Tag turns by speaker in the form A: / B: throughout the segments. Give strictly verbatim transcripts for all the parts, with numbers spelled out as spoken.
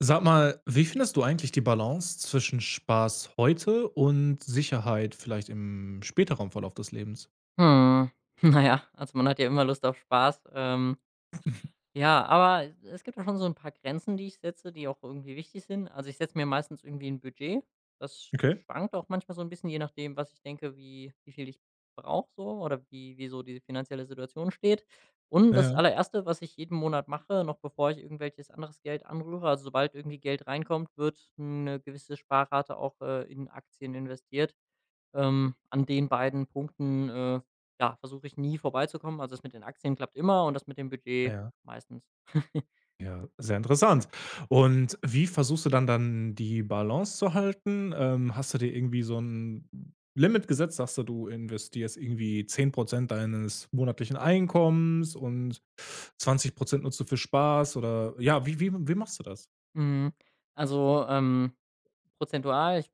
A: Sag mal, wie findest du eigentlich die Balance zwischen Spaß heute und Sicherheit vielleicht im späteren Verlauf des Lebens?
B: Hm, na ja, also, man hat ja immer Lust auf Spaß. Ähm, ja, aber es gibt ja schon so ein paar Grenzen, die ich setze, die auch irgendwie wichtig sind. Also, ich setze mir meistens irgendwie ein Budget. Das
A: Okay,
B: schwankt auch manchmal so ein bisschen, je nachdem, was ich denke, wie wie viel ich brauche so oder wie wie so die finanzielle Situation steht. Und das
A: ja.
B: Allererste, was ich jeden Monat mache, noch bevor ich irgendwelches anderes Geld anrühre also, sobald irgendwie Geld reinkommt, wird eine gewisse Sparrate auch, äh, in Aktien investiert. Ähm, an den beiden Punkten, äh, ja, versuche ich nie vorbeizukommen. Also, das mit den Aktien klappt immer und das mit dem Budget
A: Ja.
B: meistens.
A: Ja, sehr interessant. Und wie versuchst du dann dann die Balance zu halten? Ähm, hast du dir irgendwie so ein Limit gesetzt? Sagst du, du investierst irgendwie zehn Prozent deines monatlichen Einkommens und zwanzig Prozent nutzt du für Spaß oder ja, wie wie wie machst du das?
B: Mhm. Also, ähm, prozentual, ich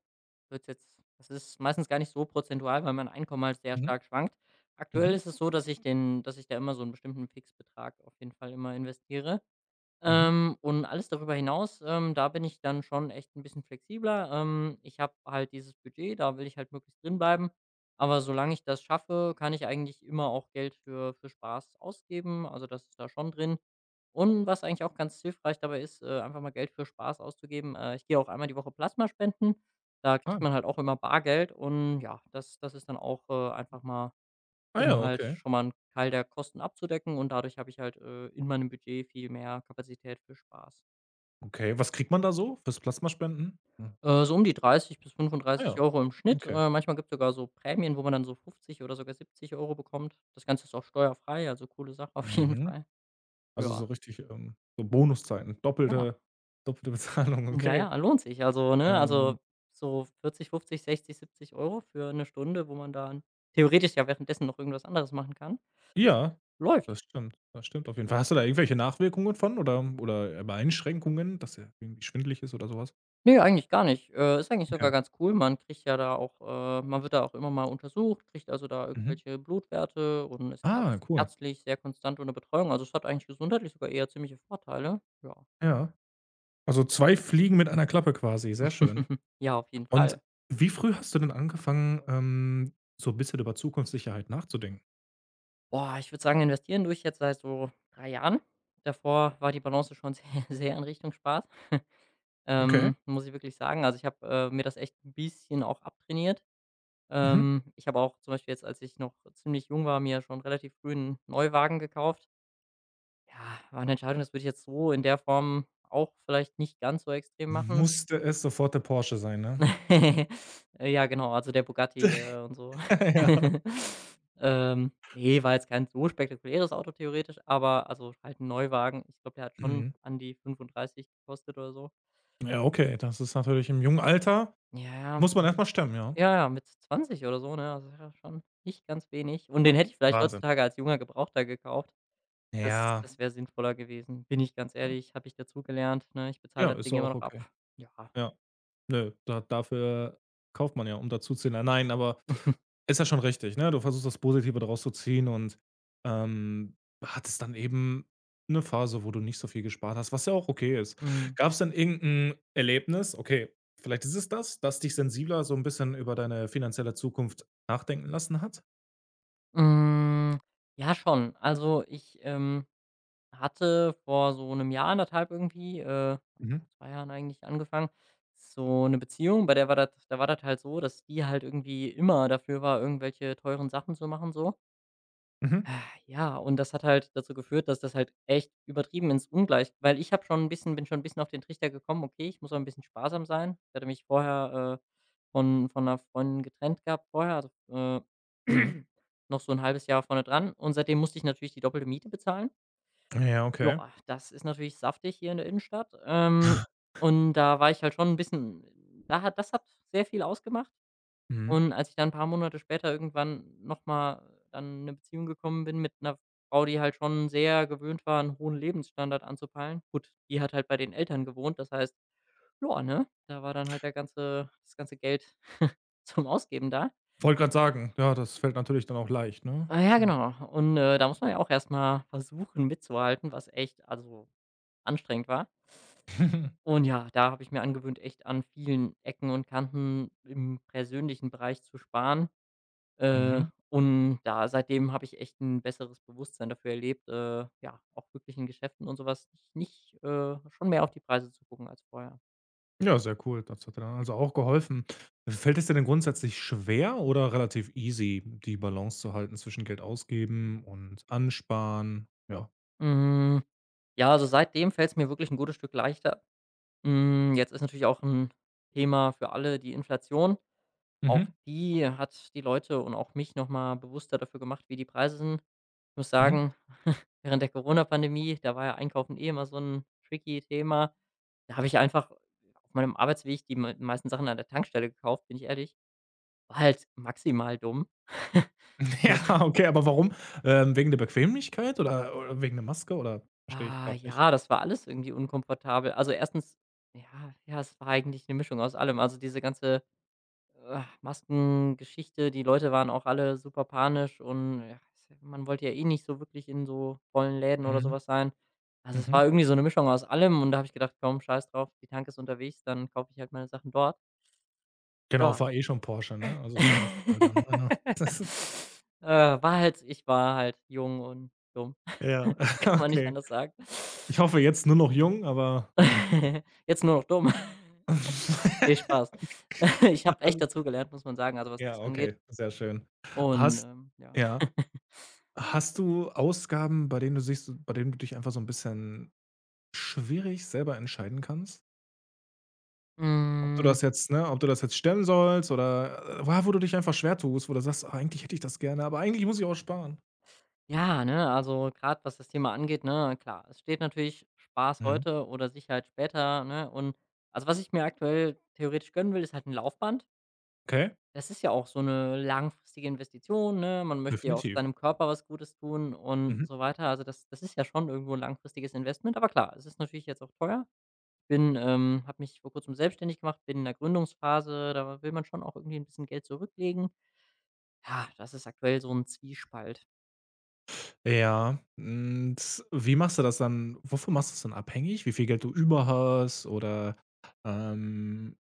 B: würde jetzt das ist meistens gar nicht so prozentual, weil mein Einkommen halt sehr
A: Mhm.
B: stark schwankt.
A: Mhm.
B: Aktuell ist es so, dass ich den dass ich da immer so einen bestimmten Fixbetrag auf jeden Fall immer investiere.
A: Mhm.
B: Ähm, und alles darüber hinaus, ähm, da bin ich dann schon echt ein bisschen flexibler. Ähm, ich habe halt dieses Budget, da will ich halt möglichst drin bleiben. Aber solange ich das schaffe, kann ich eigentlich immer auch Geld für für Spaß ausgeben. Also, das ist da schon drin. Und was eigentlich auch ganz hilfreich dabei ist, äh, einfach mal Geld für Spaß auszugeben. Äh, ich gehe auch einmal die Woche Plasma spenden. Da
A: Ah.
B: kriegt man halt auch immer Bargeld und ja, das das ist dann auch, äh, einfach mal
A: Ah ja,
B: um halt
A: okay.
B: schon mal einen Teil der Kosten abzudecken und dadurch habe ich halt, äh, in meinem Budget viel mehr Kapazität für Spaß.
A: Okay, was kriegt man da so fürs Plasmaspenden? Hm.
B: Äh, so um die dreißig bis
A: Ah
B: 35
A: ja,
B: Euro im Schnitt.
A: okay.
B: Äh, manchmal gibt's sogar so Prämien, wo man dann so fünfzig oder sogar siebzig Euro bekommt. Das Ganze ist auch steuerfrei, also coole Sache auf jeden
A: Mhm.
B: Fall.
A: Also, so
B: Ja,
A: richtig, ähm, so Bonuszeiten,
B: ja.
A: doppelte doppelte Bezahlung,
B: Ja,
A: okay.
B: ja, lohnt sich. Also, ne
A: Ähm,
B: also so vierzig, fünfzig, sechzig, siebzig Euro für eine Stunde, wo man dann theoretisch ja währenddessen noch irgendwas anderes machen kann.
A: ja,
B: Läuft.
A: das stimmt, das stimmt auf jeden Fall. Hast du da irgendwelche Nachwirkungen von oder oder ähm, Einschränkungen, dass dir irgendwie schwindelig ist oder so was?
B: Nee, eigentlich gar nicht. Äh, ist eigentlich
A: Okay.
B: sogar ganz cool. Man kriegt ja da auch äh, man wird da auch immer mal untersucht, kriegt also da
A: Mhm.
B: irgendwelche Blutwerte und ist
A: Ah,
B: ärz
A: cool.
B: ärztlich sehr konstant unter Betreuung. Also, es hat eigentlich gesundheitlich sogar eher ziemliche Vorteile. Ja.
A: Ja. Also, zwei Fliegen mit einer Klappe quasi, sehr schön.
B: Ja, auf jeden
A: Und
B: Fall.
A: wie früh hast du denn angefangen, ähm, so 'n bisschen über Zukunftssicherheit nachzudenken?
B: Boah, ich würde sagen, investieren durch jetzt seit so drei Jahren. Davor war die Balance schon sehr sehr in Richtung Spaß.
A: Okay.
B: Ähm, muss ich wirklich sagen. Also, ich habe, äh, mir das echt ein bisschen auch abtrainiert.
A: Mhm.
B: Ähm, ich habe auch zum Beispiel jetzt, als ich noch ziemlich jung war, mir schon relativ früh einen Neuwagen gekauft. Ja, war eine Entscheidung, das würde ich jetzt so in der Form auch vielleicht nicht ganz so extrem machen.
A: Musste es sofort der Porsche sein, ne?
B: Äh, ja, genau, also der Bugatti, äh, und so.
A: Ja. Ja.
B: Ähm, ne, war jetzt kein so spektakuläres Auto theoretisch, aber also halt ein Neuwagen. Ich glaube, der hat schon
A: Mhm.
B: an die fünfunddreißig gekostet oder so.
A: Ja, okay, das ist natürlich im jungen Alter
B: Ja,
A: muss man erstmal stemmen, ja.
B: ja, ja, mit zwanzig oder so, ne? Also ja, schon nicht ganz wenig. Und den hätte ich vielleicht
A: Wahnsinn.
B: heutzutage als junger Gebrauchter gekauft. Das
A: Ja.
B: das wäre sinnvoller gewesen, bin ich ganz ehrlich, habe ich dazugelernt, ne? Ich bezahle
A: Ja,
B: das
A: ist
B: Ding immer
A: auch
B: noch
A: okay.
B: ab. Ja.
A: Ja. Nö, da dafür kauft man ja, um dazuzulernen. Nein, aber ist ja schon richtig, ne? Du versuchst das Positive daraus zu ziehen und, ähm, hattest dann eben eine Phase, wo du nicht so viel gespart hast, was ja auch okay ist.
B: Mhm.
A: Gab's denn irgend 'n Erlebnis okay, vielleicht ist es das, das dich sensibler so ein bisschen über deine finanzielle Zukunft nachdenken lassen hat?
B: Hm, ja schon. Also, ich, ähm, hatte vor so einem Jahr, anderthalb irgendwie, äh
A: Mhm.
B: vor zwei Jahren eigentlich angefangen, so eine Beziehung, bei der war das da war das halt so, dass die halt irgendwie immer dafür war, irgendwelche teuren Sachen zu machen so.
A: Mhm,
B: Ah, ja, und das hat halt dazu geführt, dass das halt echt übertrieben ins Ungleich weil ich habe schon ein bisschen bin schon ein bisschen auf den Trichter gekommen: „Okay, ich muss auch ein bisschen sparsam sein.“ Ich hatte mich vorher, äh, von von einer Freundin getrennt gehabt vorher, also, äh,
A: mhm.
B: noch so ein halbes Jahr vorne dran und seitdem musste ich natürlich die doppelte Miete bezahlen.
A: Ja, okay.
B: Ja, das ist natürlich saftig hier in der Innenstadt, ähm, und da war ich halt schon ein bisschen da hat das hat sehr viel ausgemacht.
A: Mhm.
B: Und als ich dann ein paar Monate später irgendwann noch mal dann in 'ne Beziehung gekommen bin mit einer Frau, die halt schon sehr gewöhnt war, einen hohen Lebensstandard anzupeilen. Gut, die hat halt bei den Eltern gewohnt, das heißt, ja, ne, da war dann halt der ganze das ganze Geld zum Ausgeben da.
A: Wollte grad sagen, ja, das fällt natürlich dann auch leicht, ne?
B: Ah, ja,
A: Ja.
B: genau. Und, äh, da muss man ja auch erst mal versuchen mitzuhalten, was echt also, anstrengend war. Und ja, da habe ich mir angewöhnt, echt an vielen Ecken und Kanten im persönlichen Bereich zu sparen. Äh,
A: Mhm.
B: und da seitdem habe ich echt ein besseres Bewusstsein dafür erlebt, äh, ja, auch wirklich in Geschäften und sowas was nicht äh, schon mehr auf die Preise zu gucken als vorher.
A: Ja, sehr cool. Das hat dir dann also auch geholfen. Fällt es dir denn grundsätzlich schwer oder relativ easy, die Balance zu halten zwischen Geld ausgeben und ansparen? Ja.
B: Hm, ja, also seitdem fällt es mir wirklich ein gutes Stück leichter. Hm, jetzt ist natürlich auch ein Thema für alle die Inflation. Auch
A: Mhm.
B: die hat die Leute und auch mich nochmal bewusster dafür gemacht, wie die Preise sind. Ich muss
A: Mhm.
B: sagen, während der Corona-Pandemie, da war ja Einkaufen eh immer so ein tricky Thema. Da habe ich einfach auf meinem Arbeitsweg die mei meisten Sachen an der Tankstelle gekauft, bin ich ehrlich. War halt maximal dumm. Also,
A: Ja, okay, aber warum? Ähm, wegen der Bequemlichkeit oder, oder wegen der Maske oder verstehe ich
B: ah,
A: gerade nicht?
B: ja, das war alles irgendwie unkomfortabel. Also, erstens, ja, ja, es war eigentlich eine Mischung aus allem. Also, diese ganze Äh, Maskengeschichte, die Leute waren auch alle super panisch und ja, ist ja man wollte ja eh nicht so wirklich in so vollen Läden oder
A: Mhm.
B: sowas sein. Also, es war
A: Mhm.
B: irgendwie so eine Mischung aus allem und da habe ich gedacht: „Komm, scheiß drauf, die Tanke ist unterwegs, dann kaufe ich halt meine Sachen dort.“
A: Genau,
B: Ja.
A: fahr eh schon Porsche, ne? Also ist ja auch egal dann. Ja. Das ist
B: Äh, war halt ich war halt jung und dumm. Kann
A: ja,
B: man nicht
A: okay.
B: anders sagen.
A: Ich hoffe jetzt nur noch
B: Ähm,
A: jung, aber okay.
B: Jetzt nur noch dumm. Ne, Spaß. Ich habe echt
A: Also-
B: dazugelernt, muss man sagen, also was
A: Ja,
B: das
A: okay,
B: angeht
A: sehr schön.
B: und,
A: Hast
B: ähm, ja.
A: ja. Hast du Ausgaben, bei denen du sich so bei denen du dich einfach so ein bisschen schwierig selber entscheiden kannst? Ob du
B: Hm,
A: das jetzt ne, ob du das jetzt stemmen sollst oder, äh, wa wo du dich einfach schwer tust, wo du sagst: „Ah, eigentlich hätte ich das gerne, aber eigentlich muss ich auch sparen.“
B: ja, ne, also gerade was das Thema angeht, ne, klar, es steht natürlich Spaß
A: Mhm.
B: heute oder Sicherheit später, ne? Und also, was ich mir aktuell theoretisch gönnen will, ist halt ein Laufband.
A: Okay,
B: Das ist ja auch so eine langfristige Investition, ne? Man möchte ja auch
A: definitiv.
B: seinem Körper was Gutes tun
A: Mhm.
B: und so weiter. Also, das das ist ja schon irgendwo ein langfristiges Investment, aber klar, es ist natürlich jetzt auch teuer. Bin ähm, habe mich vor Kurzem selbstständig gemacht, bin in der Gründungsphase, da will man schon auch irgendwie ein bisschen Geld zurücklegen. Ja, das ist aktuell so ein Zwiespalt.
A: Ja, und wie machst du das dann? Wovon machst du es dann abhängig? Wie viel Geld du über hast oder, ähm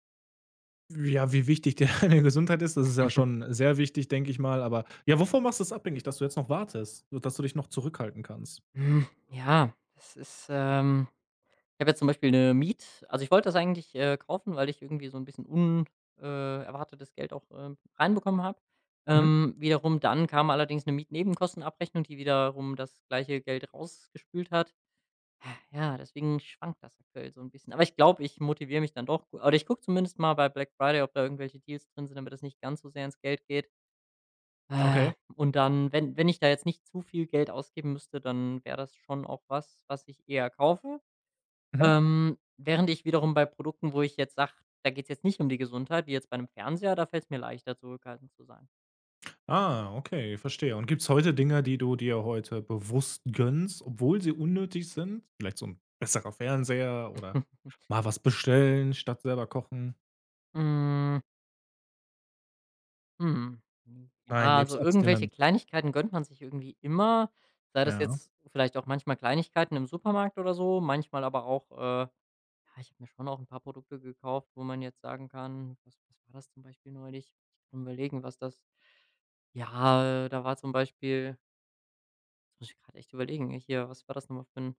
A: ja, wie wichtig dir deine Gesundheit ist, das ist ja schon sehr wichtig, denke ich mal, aber ja, wovon machst du es abhängig, dass du jetzt noch wartest, so dass du dich noch zurückhalten kannst?
B: Hm, ja, das ist, ähm ich habe jetzt zum Beispiel eine Miet also, ich wollte das eigentlich, äh, kaufen, weil ich irgendwie so ein bisschen unerwartetes äh, erwartetes Geld auch, ähm, reinbekommen habe.
A: Mhm.
B: Ähm, wiederum dann kam allerdings eine Mietnebenkostenabrechnung, die wiederum das gleiche Geld rausgespült hat. Ja, deswegen schwankt das aktuell so ein bisschen. Aber ich glaube, ich motiviere mich dann doch gu- oder ich gucke zumindest mal bei Black Friday, ob da irgendwelche Deals drin sind, damit das nicht ganz so sehr ins Geld geht. Äh,
A: Okay.
B: und dann, wenn wenn ich da jetzt nicht zu viel Geld ausgeben müsste, dann wäre das schon auch was, was ich eher kaufe.
A: Mhm.
B: Ähm, während ich wiederum bei Produkten, wo ich jetzt sage, da geht's jetzt nicht um die Gesundheit, wie jetzt bei einem Fernseher, da fällt es mir leichter, zurückhaltend zu sein.
A: Ah, okay, verstehe. Und gibt's heute Dinge, die du dir heute bewusst gönnst, obwohl sie unnötig sind? Vielleicht so ein besserer Fernseher oder mal was bestellen statt selber kochen?
B: Hm, hm,
A: Nein,
B: ja,
A: lebst
B: also, irgendwelche
A: abstinent.
B: Kleinigkeiten gönnt man sich irgendwie immer, sei das
A: Ja.
B: jetzt vielleicht auch manchmal Kleinigkeiten im Supermarkt oder so, manchmal aber auch, äh Ja, ich habe mir schon auch ein paar Produkte gekauft, wo man jetzt sagen kann was was war das zum Beispiel neulich? Ich kann überlegen, was das ja, äh, da war zum Beispiel jetzt muss ich gerade echt überlegen, äh, hier, was war das nochmal für 'n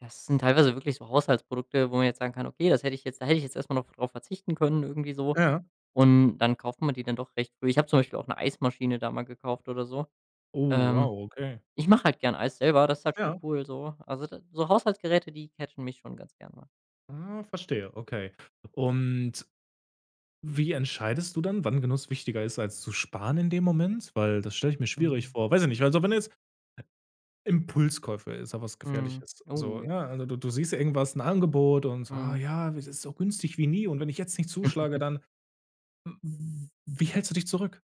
B: das sind teilweise wirklich so Haushaltsprodukte, wo man jetzt sagen kann: „Okay, das hätte ich jetzt da hätte ich jetzt erstmal noch drauf verzichten können“, irgendwie so.
A: Ja.
B: Und dann kauft man die dann doch recht früh. Ich habe zum Beispiel auch eine Eismaschine da mal gekauft oder so.
A: Oh, wow,
B: Ähm,
A: okay.
B: Ich mache halt gern Eis selber, das ist halt schon
A: Ja.
B: cool so. Also, da so Haushaltsgeräte, die catchen mich schon ganz gerne mal.
A: Ah, verstehe, okay. Und wie entscheidest du dann, wann Genuss wichtiger ist als zu sparen in dem Moment? Weil das stelle ich mir schwierig
B: Mhm.
A: vor. Weiß ich nicht, also, wenn jetzt Impulskäufe ist ja was
B: Mhm.
A: Gefährliches, so,
B: Oh ja.
A: ne? Also, du du siehst irgendwas ein Angebot und so: „Ah
B: Mhm.
A: ja, es ist so günstig wie nie und wenn ich jetzt nicht zuschlage, dann“ w wie hältst du dich zurück?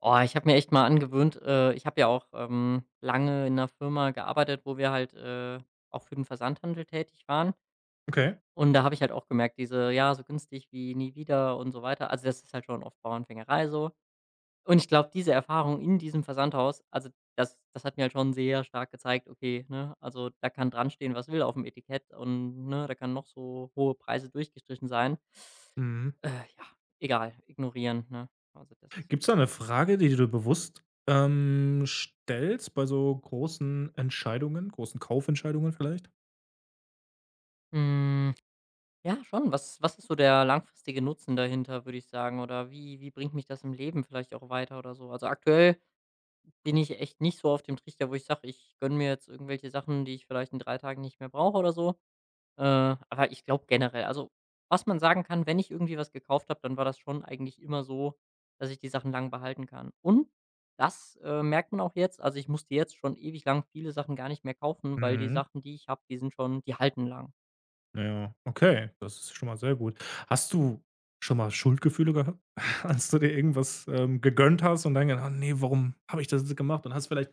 B: Oh, ich habe mir echt mal angewöhnt äh, ich habe ja auch, ähm, lange in einer Firma gearbeitet, wo wir halt, äh, auch für den Versandhandel tätig waren.
A: Okay.
B: Und da habe ich halt auch gemerkt, diese ja, so günstig wie nie wieder und so weiter. Also, das ist halt schon oft Bauernfängerei so. Und ich glaube, diese Erfahrung in diesem Versandhaus, also, das das hat mir halt schon sehr stark gezeigt, okay, ne, also, da kann dran stehen, was will auf dem Etikett und, ne, da kann noch so hohe Preise durchgestrichen sein.
A: Mhm.
B: Äh, ja, egal, ignorieren, ne? Also, das.
A: Gibt es da eine Frage, die du bewusst, ähm, stellst bei so großen Entscheidungen, großen Kaufentscheidungen vielleicht?
B: Mhm. Ja, schon. Was was ist so der langfristige Nutzen dahinter, würde ich sagen? Oder wie wie bringt mich das im Leben vielleicht auch weiter oder so? Also, aktuell bin ich echt nicht so auf dem Trichter, wo ich sage, ich gönne mir jetzt irgendwelche Sachen, die ich vielleicht in drei Tagen nicht mehr brauche oder so. Äh, aber ich glaube generell also, was man sagen kann, wenn ich irgendwie was gekauft habe, dann war das schon eigentlich immer so, dass ich die Sachen lang behalten kann. Und das, äh, merkt man auch jetzt. Also, ich musste jetzt schon ewig lang viele Sachen gar nicht mehr kaufen, weil die
A: Mhm.
B: Sachen, die ich habe, die sind schon die halten lang.
A: Ja, okay, das ist schon mal sehr gut. Hast du schon mal Schuldgefühle gehabt, als du dir irgendwas, ähm, gegönnt hast und dann gedacht: „Ah ne, warum habe ich das jetzt gemacht?“ Und hast vielleicht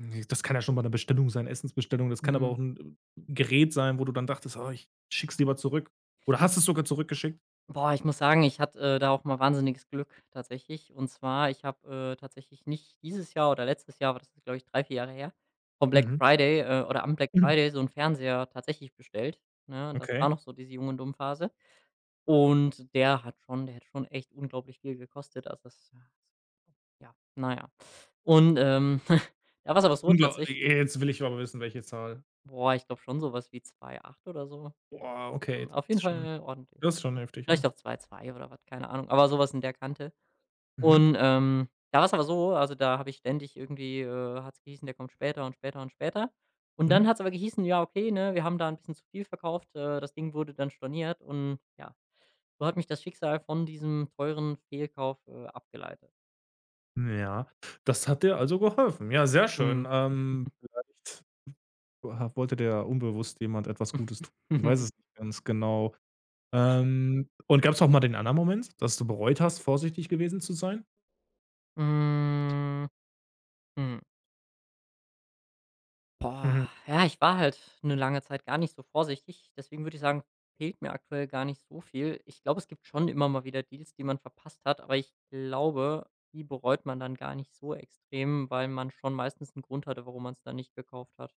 A: ne, das kann ja schon mal 'ne Bestellung sein, Essensbestellung, das kann aber auch
B: Mhm.
A: 'n Gerät sein, wo du dann dachtest: „Oh, ich schicke es lieber zurück.“ Oder hast es sogar zurückgeschickt?
B: Boah, ich muss sagen, ich hatte, äh, da auch mal wahnsinniges Glück tatsächlich. Und zwar, ich habe, äh, tatsächlich nicht dieses Jahr oder letztes Jahr, aber das ist, glaube ich, drei, vier Jahre her, vom Black
A: Mhm.
B: Friday, äh, oder am Black
A: Mhm.
B: Friday so einen Fernseher tatsächlich bestellt, ne? Das war
A: Okay.
B: noch so diese Jung und Phase. Und der hat schon der hat schon echt unglaublich viel gekostet. Also, das ja, naja. Und, ähm, da war es aber so
A: Unglaublich.
B: tatsächlich
A: Jetzt will ich aber wissen, welche Zahl.
B: boah, ich glaube schon so was wie zwei Komma acht oder so.
A: Boah, okay, das
B: Auf jeden
A: ist schon
B: Fall ordentlich.
A: das ist schon heftig,
B: Vielleicht
A: ja.
B: auch zwei Komma zwei oder was, keine Ahnung, aber sowas in der Kante.
A: Mhm,
B: Und, ähm, da war es aber so, also, da habe ich ständig irgendwie, äh hat es gehießen, der kommt später und später und später. Und dann
A: mhm.
B: hat es aber gehießen: „Ja, okay, ne, wir haben da ein bisschen zu viel verkauft.“ Äh, das Ding wurde dann storniert und ja, so hat mich das Schicksal von diesem teuren Fehlkauf, äh, abgeleitet.
A: Ja, das hat dir also geholfen. Ja, sehr schön.
B: Mhm.
A: Ähm, vielleicht ha wollte der unbewusst jemand etwas Gutes tun? Man weiß es nicht ganz genau. Ähm, und gab es auch mal den anderen Moment, dass du bereut hast, vorsichtig gewesen zu sein?
B: Hm, hm.
A: Mhm.
B: Boah, ja, ich war halt eine lange Zeit gar nicht so vorsichtig. Deswegen würde ich sagen, fehlt mir aktuell gar nicht so viel. Ich glaube, es gibt schon immer mal wieder Deals, die man verpasst hat, aber ich glaube, die bereut man dann gar nicht so extrem, weil man schon meistens einen Grund hatte, warum man es dann nicht gekauft hat.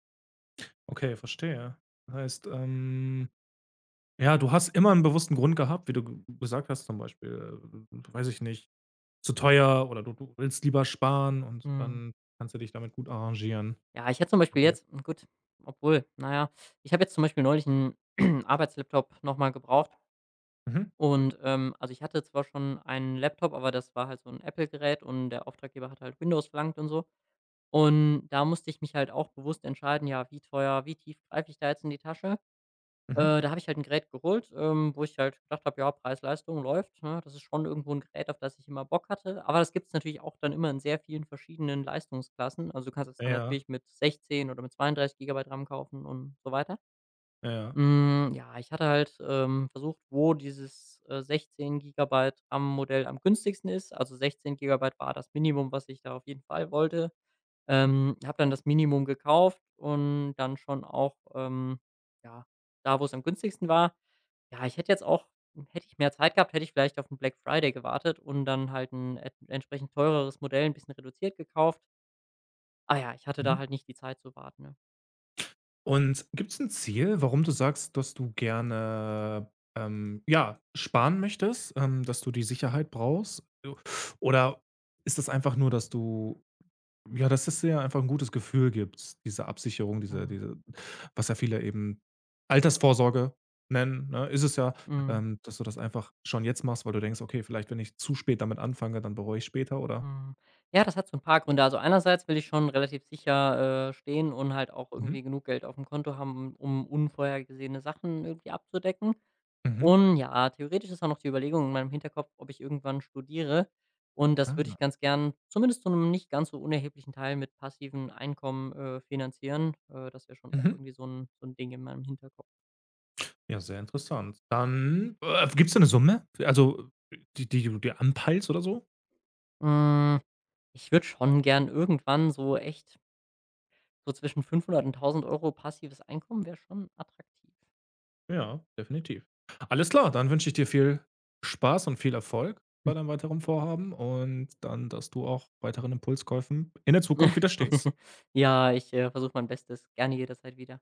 A: Okay, verstehe. Das heißt, ähm, ja, du hast immer einen bewussten Grund gehabt, wie du g gesagt hast, zum Beispiel, äh, weiß ich nicht, zu teuer oder du du willst lieber sparen und
B: Mhm.
A: dann kannst du dich damit gut arrangieren.
B: Ja, ich hätte zum Beispiel
A: Okay.
B: jetzt hm, gut, obwohl, naja, ich habe jetzt zum Beispiel neulich einen Arbeitslaptop noch mal gebraucht
A: Mhm,
B: und, ähm also, ich hatte zwar schon einen Laptop, aber das war halt so ein Apple-Gerät und der Auftraggeber hat halt Windows verlangt und so. Und da musste ich mich halt auch bewusst entscheiden, ja, wie teuer, wie tief greife ich da jetzt in die Tasche?
A: mhm.
B: Äh, da habe ich halt 'n Gerät geholt, ähm, wo ich halt gedacht habe, ja, Preis-Leistung läuft, ne? Das ist schon irgendwo ein Gerät, auf das ich immer Bock hatte. Aber das gibt es natürlich auch dann immer in sehr vielen verschiedenen Leistungsklassen. Also, du kannst es dann
A: Ja,
B: natürlich mit sechzehn oder mit zweiunddreißig Gigabyte RAM kaufen und so weiter.
A: ja, ja.
B: Hm, ja, ich hatte halt, ähm, versucht, wo dieses, äh, sechzehn Gigabyte RAM-Modell am günstigsten ist. Also, sechzehn Gigabyte war das Minimum, was ich da auf jeden Fall wollte. Ähm, habe dann das Minimum gekauft und dann schon auch, ähm, ja, da, wo es am günstigsten war. Ja, ich hätte jetzt auch hätte ich mehr Zeit gehabt, hätte ich vielleicht auf den Black Friday gewartet und dann halt ein et entsprechend teureres Modell ein bisschen reduziert gekauft. Ah ja, ich hatte da
A: Mhm.
B: halt nicht die Zeit zu warten, ne?
A: Und gibt's ein Ziel, warum du sagst, dass du gerne, ähm, ja, sparen möchtest, ähm, dass du die Sicherheit brauchst? Oder ist das einfach nur, dass du ja, dass es dir einfach ein gutes Gefühl gibt, diese Absicherung, diese
B: Mhm.
A: diese was ja viele eben Altersvorsorge nennen, ne, ist es ja,
B: Mhm.
A: ähm, dass du das einfach schon jetzt machst, weil du denkst: „Okay, vielleicht, wenn ich zu spät damit anfange, dann bereue ich später“, oder?
B: Mhm. Ja, das hat so ein paar Gründe. Also, einerseits will ich schon relativ sicher, äh, stehen und halt auch
A: Mhm.
B: irgendwie genug Geld auf dem Konto haben, um unvorhergesehene Sachen irgendwie abzudecken.
A: Mhm.
B: Und ja, theoretisch ist auch noch die Überlegung in meinem Hinterkopf, ob ich irgendwann studiere. Und das
A: Ah.
B: würde
A: Ja.
B: ich ganz gern zumindest zu einem nicht ganz so unerheblichen Teil mit passivem Einkommen, äh, finanzieren. Äh, das wäre schon auch
A: Mhm.
B: irgendwie so ein so ein Ding in meinem Hinterkopf.
A: Ja, sehr interessant. Dann äh, gibt's da eine Summe? Also, die die du dir anpeilst oder so?
B: Hm, ich würde schon gern irgendwann so echt so zwischen fünfhundert und tausend Euro passives Einkommen wäre schon attraktiv.
A: Ja, definitiv. Alles klar, dann wünsche ich dir viel Spaß und viel Erfolg bei deinem weiteren Vorhaben und dann, dass du auch weiteren Impulskäufen in der Zukunft widerstehst.
B: Ja, ich, äh, versuche mein Bestes. Gerne jederzeit wieder.